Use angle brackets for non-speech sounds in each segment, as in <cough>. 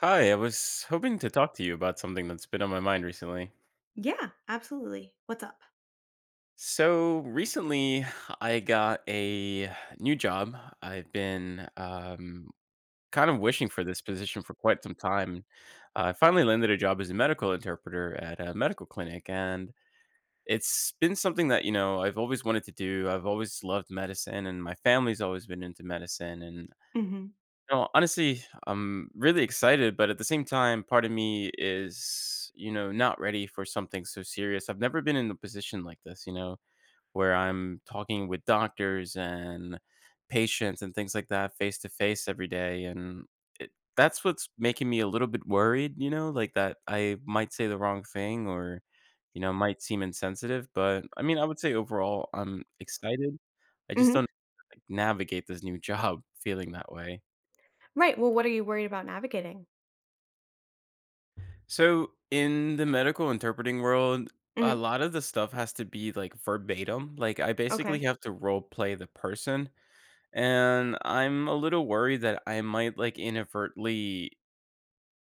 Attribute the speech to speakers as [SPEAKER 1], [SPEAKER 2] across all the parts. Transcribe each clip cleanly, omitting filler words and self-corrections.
[SPEAKER 1] Hi, I was hoping to talk to you about something that's been on my mind recently.
[SPEAKER 2] Yeah, absolutely. What's up?
[SPEAKER 1] So, recently I got a new job. I've been kind of wishing for this position for quite some time. I finally landed a job as a medical interpreter at a medical clinic, and it's been something that, you know, I've always wanted to do. I've always loved medicine, and my family's always been into medicine. And
[SPEAKER 2] Hmm.
[SPEAKER 1] no, honestly, I'm really excited, but at the same time, part of me is, you know, not ready for something so serious. I've never been in a position like this, you know, where I'm talking with doctors and patients and things like that face to face every day. And it, that's what's making me a little bit worried, you know, like that I might say the wrong thing or, you know, might seem insensitive. But I mean, I would say overall, I'm excited. I just don't
[SPEAKER 2] Hmm.
[SPEAKER 1] like, navigate this new <laughs> job feeling that way.
[SPEAKER 2] Right. Well, what are you worried about navigating?
[SPEAKER 1] So in the medical interpreting world, a
[SPEAKER 2] Hmm.
[SPEAKER 1] lot of the stuff has to be like verbatim. Like I basically
[SPEAKER 2] Okay.
[SPEAKER 1] have to role play the person and I'm a little worried that I might like inadvertently,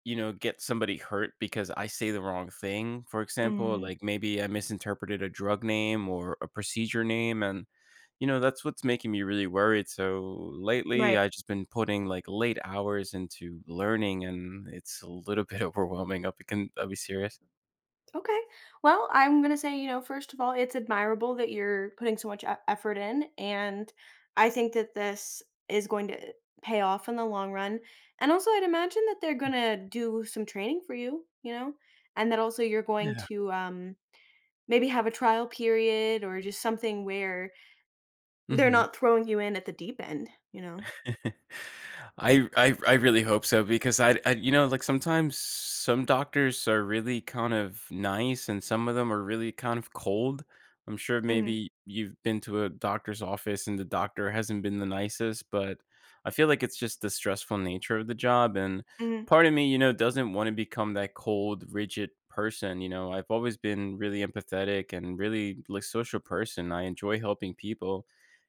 [SPEAKER 1] you know, get somebody hurt because I say the wrong thing. For example,
[SPEAKER 2] Mm,
[SPEAKER 1] like maybe I misinterpreted a drug name or a procedure name and you know, that's what's making me really worried. So lately
[SPEAKER 2] right.
[SPEAKER 1] I've just been putting like late hours into learning and it's a little bit <laughs> overwhelming. I'll be, I'll be serious.
[SPEAKER 2] Okay. Well, I'm going to say, first of all, it's admirable that you're putting so much effort in. And I think that this is going to pay off in the long run. And also, I'd imagine that they're going to do some training for you, and that also you're going
[SPEAKER 1] Yeah.
[SPEAKER 2] to maybe have a trial period or just something where they're
[SPEAKER 1] Mhm.
[SPEAKER 2] not throwing you in at the deep end,
[SPEAKER 1] <laughs> I really hope so because I you know, like, sometimes some doctors are really kind of nice and some of them are really kind of cold. I'm sure
[SPEAKER 2] Mhm.
[SPEAKER 1] maybe you've been to a doctor's office and the doctor hasn't been the nicest, but I feel like it's just the stressful nature of the job, and
[SPEAKER 2] Mhm.
[SPEAKER 1] part of me, you know, doesn't wanna become that cold, rigid person, you know? I've always been really empathetic and really, like, social person. I enjoy helping people.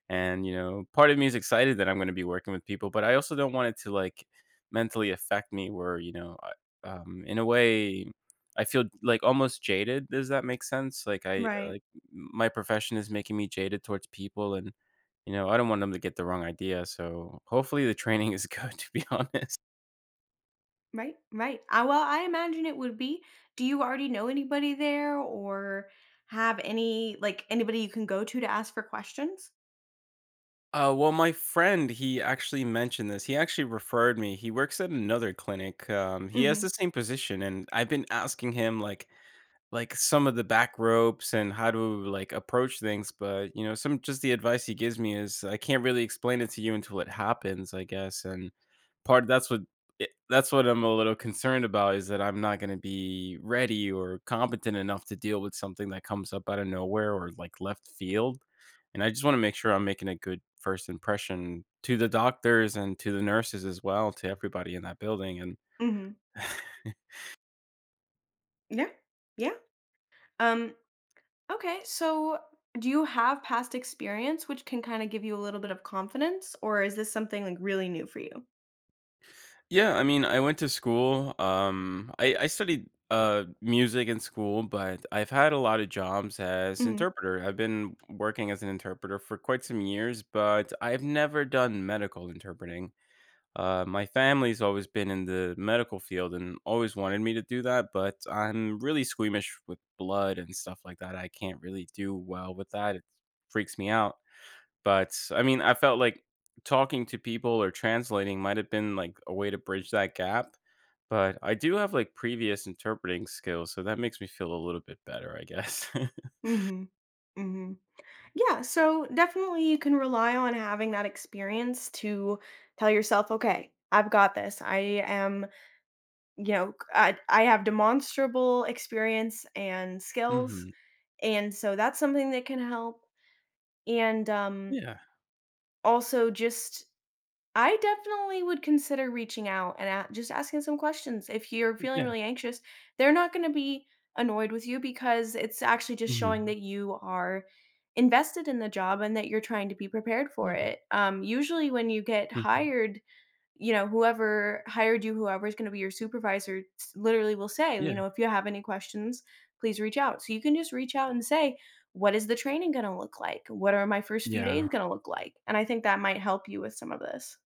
[SPEAKER 1] And, you know, part of me is excited that I'm gonna be working with people, but I also don't want it to, like, mentally affect me where, you know, I in a way, I feel, like, almost jaded. Does that make sense? Like, I
[SPEAKER 2] Right,
[SPEAKER 1] like, my profession is making me jaded towards people, and, you know, I don't want them to get the wrong idea, so hopefully the <laughs> training is good, <laughs> to be honest.
[SPEAKER 2] right, right. Ah, well, I imagine it would be. Do you already know anybody there or have any, like, anybody you can go to ask for questions?
[SPEAKER 1] Well, my friend, he actually mentioned this. He actually referred me. He works at another clinic. He has
[SPEAKER 2] Mhm.
[SPEAKER 1] the same position, and I've been asking him, like some of the back ropes and how to like approach things but you know some just the advice he gives me is I can't really explain it to you until it happens I guess. And part that's what it- that's what I'm a little concerned about, is that I'm not going to be ready or competent enough to deal with something that comes up out of nowhere or like left field. And I just want to make sure I'm making a good first impression to the doctors and to the nurses as well, to everybody in that building. And
[SPEAKER 2] Mhm. Yeah, yeah. Um, okay, so do you have past experience which can kinda give you a little bit of confidence, or is this something, like, really new for you?
[SPEAKER 1] yeah, I mean, I went to school. I studied music in school, but I've had a lot of jobs as
[SPEAKER 2] Mhm.
[SPEAKER 1] interpreter. I've been working as an interpreter for quite some years, but I've never done medical interpreting. My family's always been in the medical field and always wanted me to do that, but I'm really squeamish with blood and stuff like that. I can't really do well with that. It freaks me out. But I mean, I felt like talking to people or translating might have been like a way to bridge that gap. But I do have like previous interpreting skills, so that makes me feel a little bit better, I guess. <laughs>
[SPEAKER 2] Mhm. Mhm. Yeah, so definitely you can rely on having that experience to tell yourself, okay, I've got this. I am, I have demonstrable experience and skills.
[SPEAKER 1] Mhm.
[SPEAKER 2] And so that's something that can help. And
[SPEAKER 1] Yeah.
[SPEAKER 2] also just I definitely would consider reaching out and a just asking some questions. If you're feeling
[SPEAKER 1] Yeah.
[SPEAKER 2] really anxious, they're not gonna be annoyed with you because it's actually just showing
[SPEAKER 1] Mhm.
[SPEAKER 2] that you are invested in the job and that you're trying to be prepared for
[SPEAKER 1] Yeah.
[SPEAKER 2] it. Usually when you get
[SPEAKER 1] Mhm.
[SPEAKER 2] hired, whoever hired you, whoever's gonna be your supervisor s literally will say,
[SPEAKER 1] Yeah.
[SPEAKER 2] you know, "If you have any questions, please reach out." So you can just reach out and say, "What is the training gonna look like? What are my first few
[SPEAKER 1] Yeah.
[SPEAKER 2] days gonna look like?" And I think that might help you with some of this.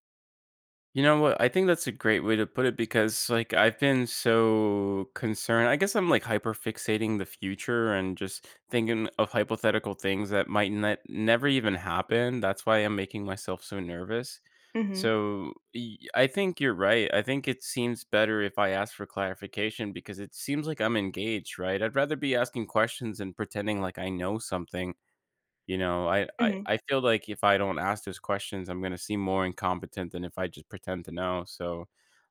[SPEAKER 1] You know what? I think that's a great way to put it because like I've been so concerned. I guess I'm like hyper fixating the future and just thinking of hypothetical things that might never even happen. That's why I'm making myself so nervous.
[SPEAKER 2] Mhm.
[SPEAKER 1] So I think you're right. I think it seems better if I ask for clarification because it seems like I'm engaged, right? I'd rather be asking questions and pretending like I know something you know, I I
[SPEAKER 2] Mhm.
[SPEAKER 1] I feel like if I don't ask those questions, I'm gonna seem more incompetent than if I just pretend to know, so,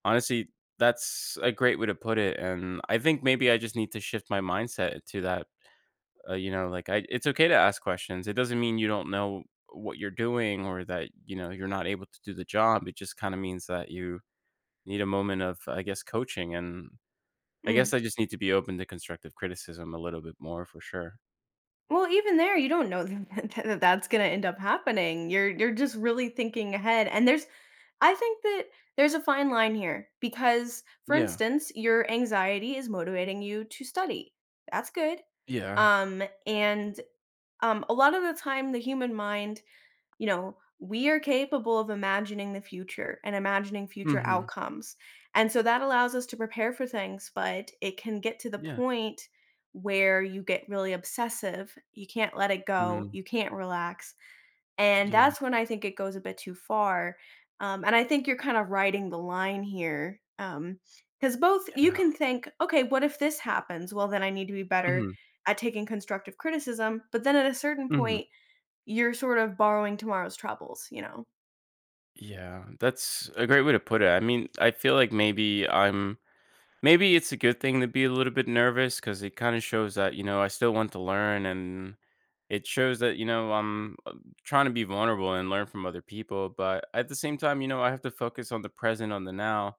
[SPEAKER 1] honestly, that's a great way to put it, and I think maybe I just need to shift my mindset to that, you know, like, I it's okay to ask questions, it doesn't mean you don't know what you're doing or that, you know, you're not able to do the job, it just kinda means that you need a moment of, I guess, coaching, and I
[SPEAKER 2] Mhm.
[SPEAKER 1] guess I just need to be open to constructive criticism a little bit more for sure.
[SPEAKER 2] Well, even there, you don't know <laughs> that that's gonna end up happening. You're just really thinking ahead, and there's I think that there's a fine line here because, for
[SPEAKER 1] Yeah.
[SPEAKER 2] instance, your anxiety is motivating you to study. That's good.
[SPEAKER 1] Yeah.
[SPEAKER 2] Um, and a lot of the time, the human mind, you know, we are capable of imagining the future and imagining future
[SPEAKER 1] Mhm.
[SPEAKER 2] outcomes. And so that allows us to prepare for things, but it can get to the
[SPEAKER 1] Yeah.
[SPEAKER 2] point where you get really obsessive. You can't let it go.
[SPEAKER 1] Mm.
[SPEAKER 2] You can't relax. And
[SPEAKER 1] Yeah,
[SPEAKER 2] that's when I think it goes a bit too far. And I think you're kind of riding the line here. Because both you
[SPEAKER 1] yeah.
[SPEAKER 2] can think, okay, what if this happens? Well, then I need to be better
[SPEAKER 1] Mhm,
[SPEAKER 2] at taking constructive criticism. But then at a certain
[SPEAKER 1] mhm.
[SPEAKER 2] point, you're sort of borrowing tomorrow's troubles, you know?
[SPEAKER 1] Yeah, that's a great way to put it. I mean, I feel like maybe I'm maybe it's a good thing to be a little bit nervous because it kind of shows that, you know, I still want to learn and it shows that, you know, I'm trying to be vulnerable and learn from other people. But at the same time, you know, I have to focus on the present, on the now.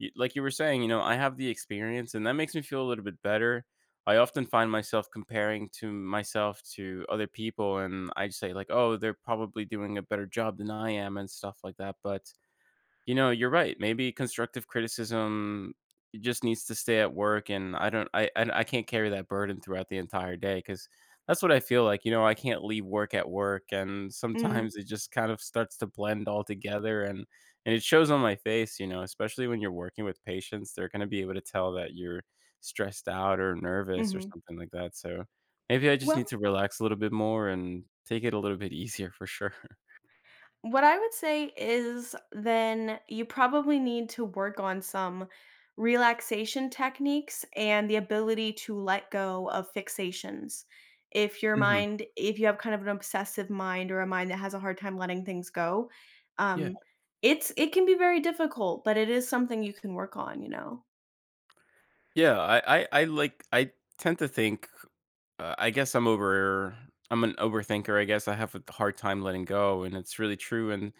[SPEAKER 1] Like you were saying, you know, I have the experience and that makes me feel a little bit better. I often find myself comparing to myself to other people and I say, like, oh, they're probably doing a better job than I am and stuff like that. But you know, you're right. Maybe constructive criticism just needs to stay at work, and I don't, I can't carry that burden throughout the entire day because that's what I feel like. You know, I can't leave work at work, and
[SPEAKER 2] Mhm.
[SPEAKER 1] sometimes it just kind of starts to blend all together, and it shows on my face. You know, especially when you're working with patients, they're going to be able to tell that you're stressed out or nervous or
[SPEAKER 2] Mhm.
[SPEAKER 1] something like that. So maybe I just need
[SPEAKER 2] Well,
[SPEAKER 1] to relax a little bit more and take it a little bit easier for sure.
[SPEAKER 2] what I would say is then you probably need to work on some relaxation techniques and the ability to let go of fixations. If your
[SPEAKER 1] <laughs> Hmm.
[SPEAKER 2] mind if you have kind of an obsessive mind or a mind that has a hard time letting things go,
[SPEAKER 1] Yeah.
[SPEAKER 2] um it's it can be very difficult, but it is something you can work on, you know?
[SPEAKER 1] Yeah, I like I tend to think, uh, I guess I'm over I'm an overthinker, I guess I have a hard time letting go, and it's really true, and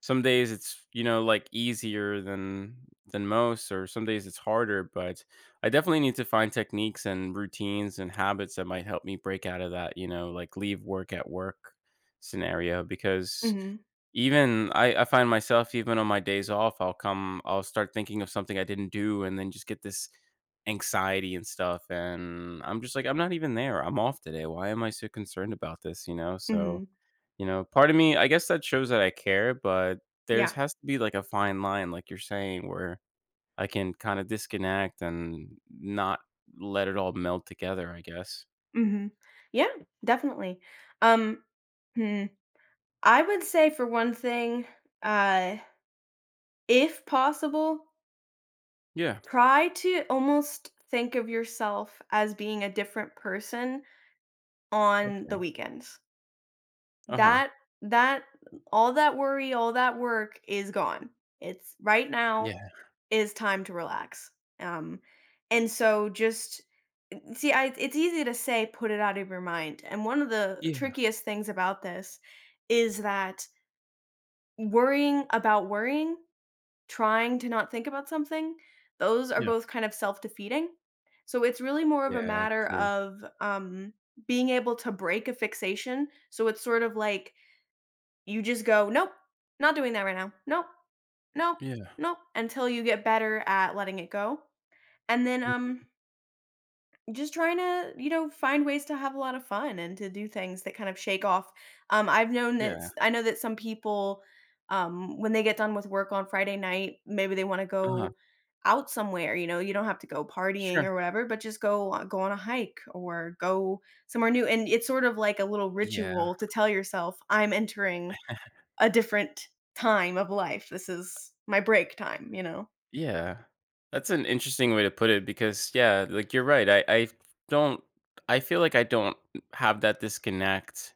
[SPEAKER 1] some days it's, you know, like, easier than most, or some days it's harder, but I definitely need to find techniques and routines and habits that might help me break out of that, you know, like, leave work at work scenario. Because
[SPEAKER 2] Mhm.
[SPEAKER 1] even I find myself even on my days off, I'll start thinking of something I didn't do and then just get this anxiety and stuff, and I'm just like, "I'm not even there, I'm off today, why am I so concerned about this," you know? So,
[SPEAKER 2] Mhm.
[SPEAKER 1] you know, part of me I guess that shows that I care, but there's
[SPEAKER 2] Yeah.
[SPEAKER 1] has to be, like, a fine line, like you're saying, where I can kinda disconnect and not let it all meld together, I guess.
[SPEAKER 2] Mhm. Yeah, definitely. Um, hmm, I would say for one thing, uh, if possible,
[SPEAKER 1] Yeah,
[SPEAKER 2] try to almost think of yourself as being a different person on the
[SPEAKER 1] okay.
[SPEAKER 2] weekends.
[SPEAKER 1] Uh-huh.
[SPEAKER 2] That that all that worry, all that work is gone. It's right now
[SPEAKER 1] Yeah,
[SPEAKER 2] is time to relax. Um, and so just it's easy to say, put it out of your mind. And one of the
[SPEAKER 1] yeah,
[SPEAKER 2] trickiest things about this is that worrying about worrying, trying to not think about something, those are
[SPEAKER 1] yeah,
[SPEAKER 2] both kind of self defeating. So it's really more of a
[SPEAKER 1] yeah,
[SPEAKER 2] matter
[SPEAKER 1] true.
[SPEAKER 2] of being able to break a fixation. So it's sort of like you just go, nope, not doing that right now. Nope, nope,
[SPEAKER 1] Yeah.
[SPEAKER 2] nope, until you get better at letting it go. And then,
[SPEAKER 1] Mm,
[SPEAKER 2] just trying to, you know, find ways to have a lot of fun and to do things that kind of shake off. I've known that
[SPEAKER 1] yeah,
[SPEAKER 2] I know that some people, when they get done with work on Friday night, maybe they want to
[SPEAKER 1] uh-huh.
[SPEAKER 2] go out somewhere. You know, you don't have to go partying
[SPEAKER 1] Sure.
[SPEAKER 2] or whatever, but just go on a hike or go somewhere new. And it's sort of like a little
[SPEAKER 1] Yeah.
[SPEAKER 2] ritual to tell yourself, "I'm entering a different time of life. This is my break time." You know.
[SPEAKER 1] Yeah. That's an interesting way to put it because yeah, like you're right. I don't I feel like I don't have that disconnect.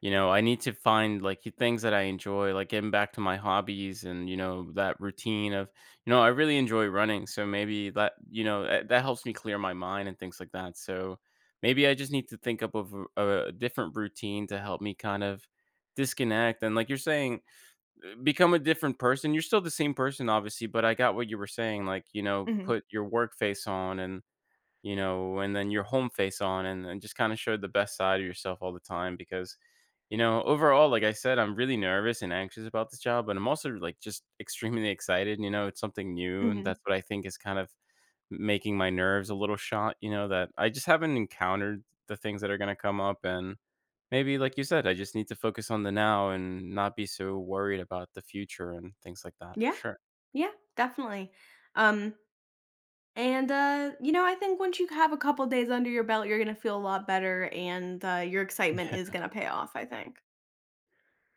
[SPEAKER 1] You know, I need to find like the things that I enjoy, like getting back to my hobbies and you know that routine of you know I really enjoy running, so maybe that you know that helps me clear my mind and things like that. So maybe I just need to think up of a different routine to help me kind of disconnect and like you're saying become a different person. You're still the same person, obviously, but I got what you were saying. Like, you know,
[SPEAKER 2] Hmm.
[SPEAKER 1] put your work face on and, you know, and then your home face on and just kind of show the best side of yourself all the time because, you know, overall, like I said, I'm really nervous and anxious about this job, but I'm also like just extremely excited. You know, it's something new. And
[SPEAKER 2] Hmm.
[SPEAKER 1] that's what I think is kind of making my nerves a little shot, you know, that I just haven't encountered the things that are going to come up. And maybe, like you said, I just need to focus on the now and not be so worried about the future and things like that, for
[SPEAKER 2] Yeah.
[SPEAKER 1] sure.
[SPEAKER 2] Yeah, definitely. Um, and you know, I think once you have a couple days under your belt, you're gonna feel a lot better, and your
[SPEAKER 1] <laughs>
[SPEAKER 2] excitement is
[SPEAKER 1] Yeah.
[SPEAKER 2] gonna pay off, I think.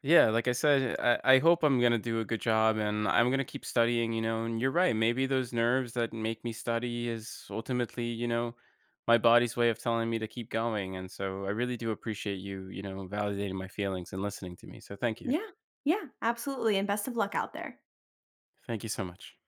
[SPEAKER 1] Yeah, like I said, I hope I'm gonna do a good job and I'm gonna keep studying, you know, and you're right, maybe those nerves that make me study is ultimately, you know, my body's way of telling me to keep going. And so I really do appreciate you, you know, validating my feelings and listening to me. So thank you.
[SPEAKER 2] Yeah, yeah, absolutely. And best of luck out there.
[SPEAKER 1] Thank you so much.